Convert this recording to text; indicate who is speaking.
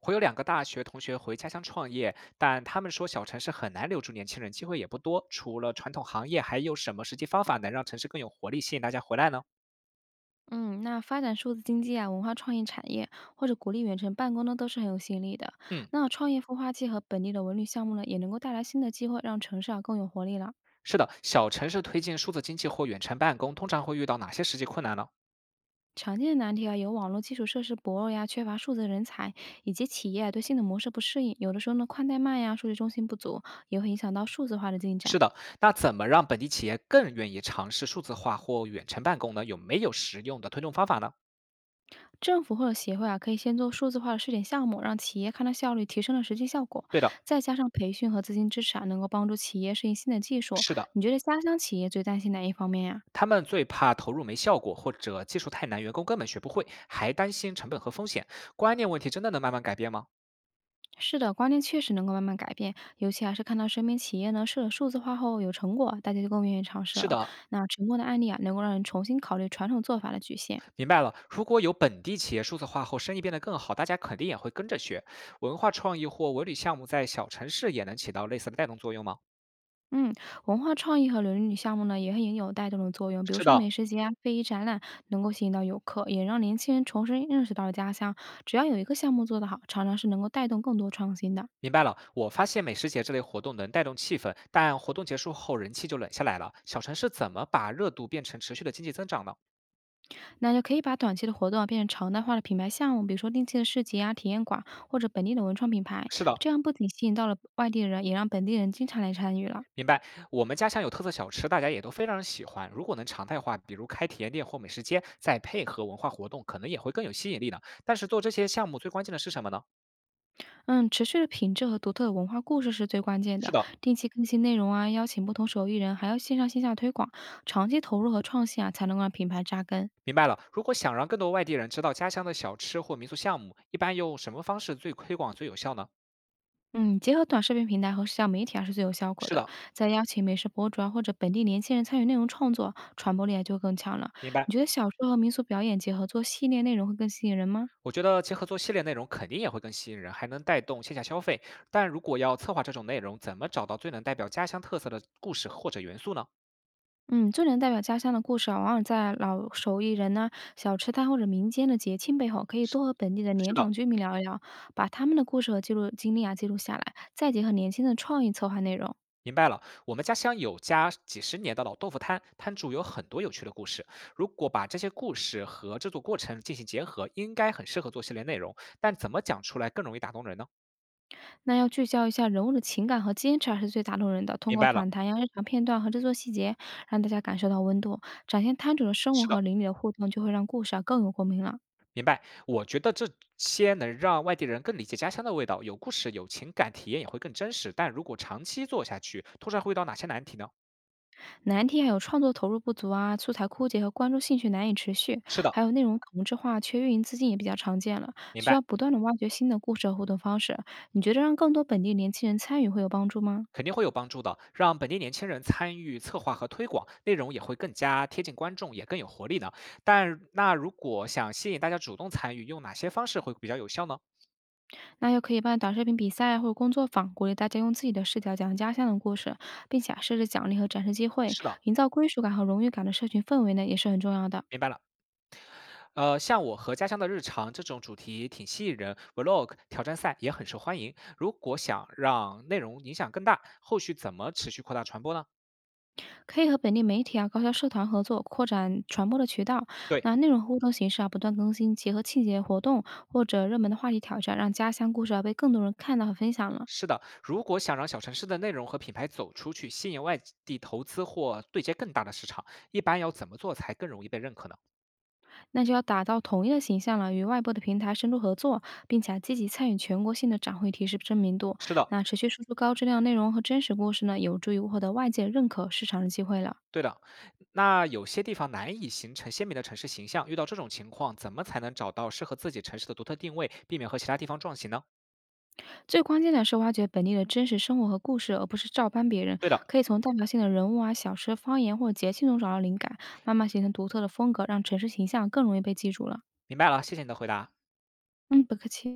Speaker 1: 会有两个大学同学回家乡创业，但他们说小城市很难留住年轻人，机会也不多。除了传统行业，还有什么实际方法能让城市更有活力，吸引大家回来呢？
Speaker 2: 嗯，那发展数字经济啊、文化创意产业或者鼓励远程办公呢，都是很有吸引力的。
Speaker 1: 嗯，
Speaker 2: 那创业孵化器和本地的文旅项目呢，也能够带来新的机会，让城市啊更有活力了。
Speaker 1: 是的，小城市推进数字经济或远程办公，通常会遇到哪些实际困难呢？
Speaker 2: 常见的难题啊，有网络基础设施薄弱呀、缺乏数字人才，以及企业啊对新的模式不适应。有的时候呢，宽带慢呀、数据中心不足，也会影响到数字化的进展。
Speaker 1: 是的，那怎么让本地企业更愿意尝试数字化或远程办公呢？有没有实用的推动方法呢？
Speaker 2: 政府或者协会啊，可以先做数字化的试点项目，让企业看到效率提升了实际效果，
Speaker 1: 对的，
Speaker 2: 再加上培训和资金支持啊，能够帮助企业适应新的技术。
Speaker 1: 是的，
Speaker 2: 你觉得家乡企业最担心哪一方面呀、
Speaker 1: 他们最怕投入没效果，或者技术太难，员工根本学不会，还担心成本和风险。观念问题真的能慢慢改变吗？
Speaker 2: 是的，观念确实能够慢慢改变，尤其还是看到身边企业呢试了数字化后有成果，大家就更愿意尝试
Speaker 1: 是
Speaker 2: 了。
Speaker 1: 的，
Speaker 2: 那成功的案例啊，能够让人重新考虑传统做法的局限。
Speaker 1: 明白了，如果有本地企业数字化后生意变得更好，大家肯定也会跟着学。文化创意或文旅项目在小城市也能起到类似的带动作用吗？
Speaker 2: 嗯，文化创意和伦理项目呢，也很有带动的作用。比如
Speaker 1: 是
Speaker 2: 说
Speaker 1: 的，
Speaker 2: 美食节啊、非遗展览，能够吸引到游客，也让年轻人重新认识到了家乡。只要有一个项目做得好，常常是能够带动更多创新的。
Speaker 1: 明白了。我发现美食节这类活动能带动气氛，但活动结束后人气就冷下来了。小城市怎么把热度变成持续的经济增长呢？
Speaker 2: 那就可以把短期的活动啊变成常态化的品牌项目，比如说定期的市集啊、体验馆或者本地的文创品牌，
Speaker 1: 是的。
Speaker 2: 这样不仅吸引到了外地人，也让本地人经常来参与了。
Speaker 1: 明白，我们家乡有特色小吃，大家也都非常喜欢。如果能常态化，比如开体验店或美食街，再配合文化活动，可能也会更有吸引力呢。但是做这些项目最关键的是什么呢？
Speaker 2: 嗯，持续的品质和独特的文化故事是最关键
Speaker 1: 是
Speaker 2: 的。
Speaker 1: 的，
Speaker 2: 定期更新内容啊，邀请不同手艺人，还要线上线下推广，长期投入和创新啊，才能够让品牌扎根。
Speaker 1: 明白了，如果想让更多外地人知道家乡的小吃或民俗项目，一般用什么方式最推广最有效呢？
Speaker 2: 嗯，结合短视频平台和社交媒体啊，是最有效果
Speaker 1: 是
Speaker 2: 的。
Speaker 1: 的，
Speaker 2: 再邀请美食博主啊，或者本地年轻人参与内容创作，传播力啊就更强了。
Speaker 1: 明白。
Speaker 2: 你觉得小说和民俗表演结合做系列内容会更吸引人吗？
Speaker 1: 我觉得结合做系列内容肯定也会更吸引人，还能带动线下消费。但如果要策划这种内容，怎么找到最能代表家乡特色的故事或者元素呢？
Speaker 2: 嗯，最能代表家乡的故事啊，往往在老手艺人呐、小吃摊或者民间的节庆背后，可以多和本地的年
Speaker 1: 是的，
Speaker 2: 长居民聊一聊，把他们的故事和记录经历啊记录下来，再结合年轻的创意策划内容。
Speaker 1: 明白了。我们家乡有家几十年的老豆腐摊，摊主有很多有趣的故事。如果把这些故事和制作过程进行结合，应该很适合做系列内容。但怎么讲出来更容易打动人呢？
Speaker 2: 那要聚焦一下人物的情感和坚持啊，还是最打动人的。通
Speaker 1: 明
Speaker 2: 过
Speaker 1: 白了，
Speaker 2: 访谈呀、日常片段和制作细节，让大家感受到温度，展现摊主的生活
Speaker 1: 是
Speaker 2: 和
Speaker 1: 的。
Speaker 2: 邻里的互动，就会让故事啊更有共鸣了。
Speaker 1: 明白，我觉得这些能让外地人更理解家乡的味道，有故事、有情感，体验也会更真实。但如果长期做下去，通常会遇到哪些难题呢？
Speaker 2: 难题还有创作投入不足啊，素材枯竭和观众兴趣难以持续，
Speaker 1: 是的，
Speaker 2: 还有内容同质化、缺运营资金也比较常见了，
Speaker 1: 明
Speaker 2: 需
Speaker 1: 白，
Speaker 2: 要不断的挖掘新的故事和互动方式。你觉得让更多本地年轻人参与会有帮助吗？
Speaker 1: 肯定会有帮助的。让本地年轻人参与策划和推广，内容也会更加贴近观众，也更有活力呢。但那如果想吸引大家主动参与，用哪些方式会比较有效呢？
Speaker 2: 那又可以办短视频比赛或者工作坊，鼓励大家用自己的视角讲家乡的故事，并且啊设置奖励和展示机会，
Speaker 1: 是的，
Speaker 2: 营造归属感和荣誉感的社群氛围呢，也是很重要的。
Speaker 1: 明白了。像我和家乡的日常这种主题挺吸引人，vlog 挑战赛也很受欢迎。如果想让内容影响更大，后续怎么持续扩大传播呢？
Speaker 2: 可以和本地媒体啊、高校社团合作，扩展传播的渠道。
Speaker 1: 对，
Speaker 2: 那内容互动形式啊，不断更新，结合庆节活动或者热门的话题挑战，让家乡故事啊被更多人看到和分享了。
Speaker 1: 是的，如果想让小城市的内容和品牌走出去，吸引外地投资或对接更大的市场，一般要怎么做才更容易被认可呢？
Speaker 2: 那就要打造统一的形象了，与外部的平台深度合作，并且啊积极参与全国性的展会，提升知名度。
Speaker 1: 是的，
Speaker 2: 那持续输出高质量内容和真实故事呢，有助于获得外界认可、市场的机会了。
Speaker 1: 对的。那有些地方难以形成鲜明的城市形象，遇到这种情况，怎么才能找到适合自己城市的独特定位，避免和其他地方撞型呢？
Speaker 2: 最关键的是挖掘本地的真实生活和故事，而不是照搬别人。
Speaker 1: 对的，
Speaker 2: 可以从代表性的人物啊、小吃、方言或者节庆中找到灵感，慢慢形成独特的风格，让城市形象更容易被记住了。
Speaker 1: 明白了，谢谢你的回答。
Speaker 2: 嗯，不客气。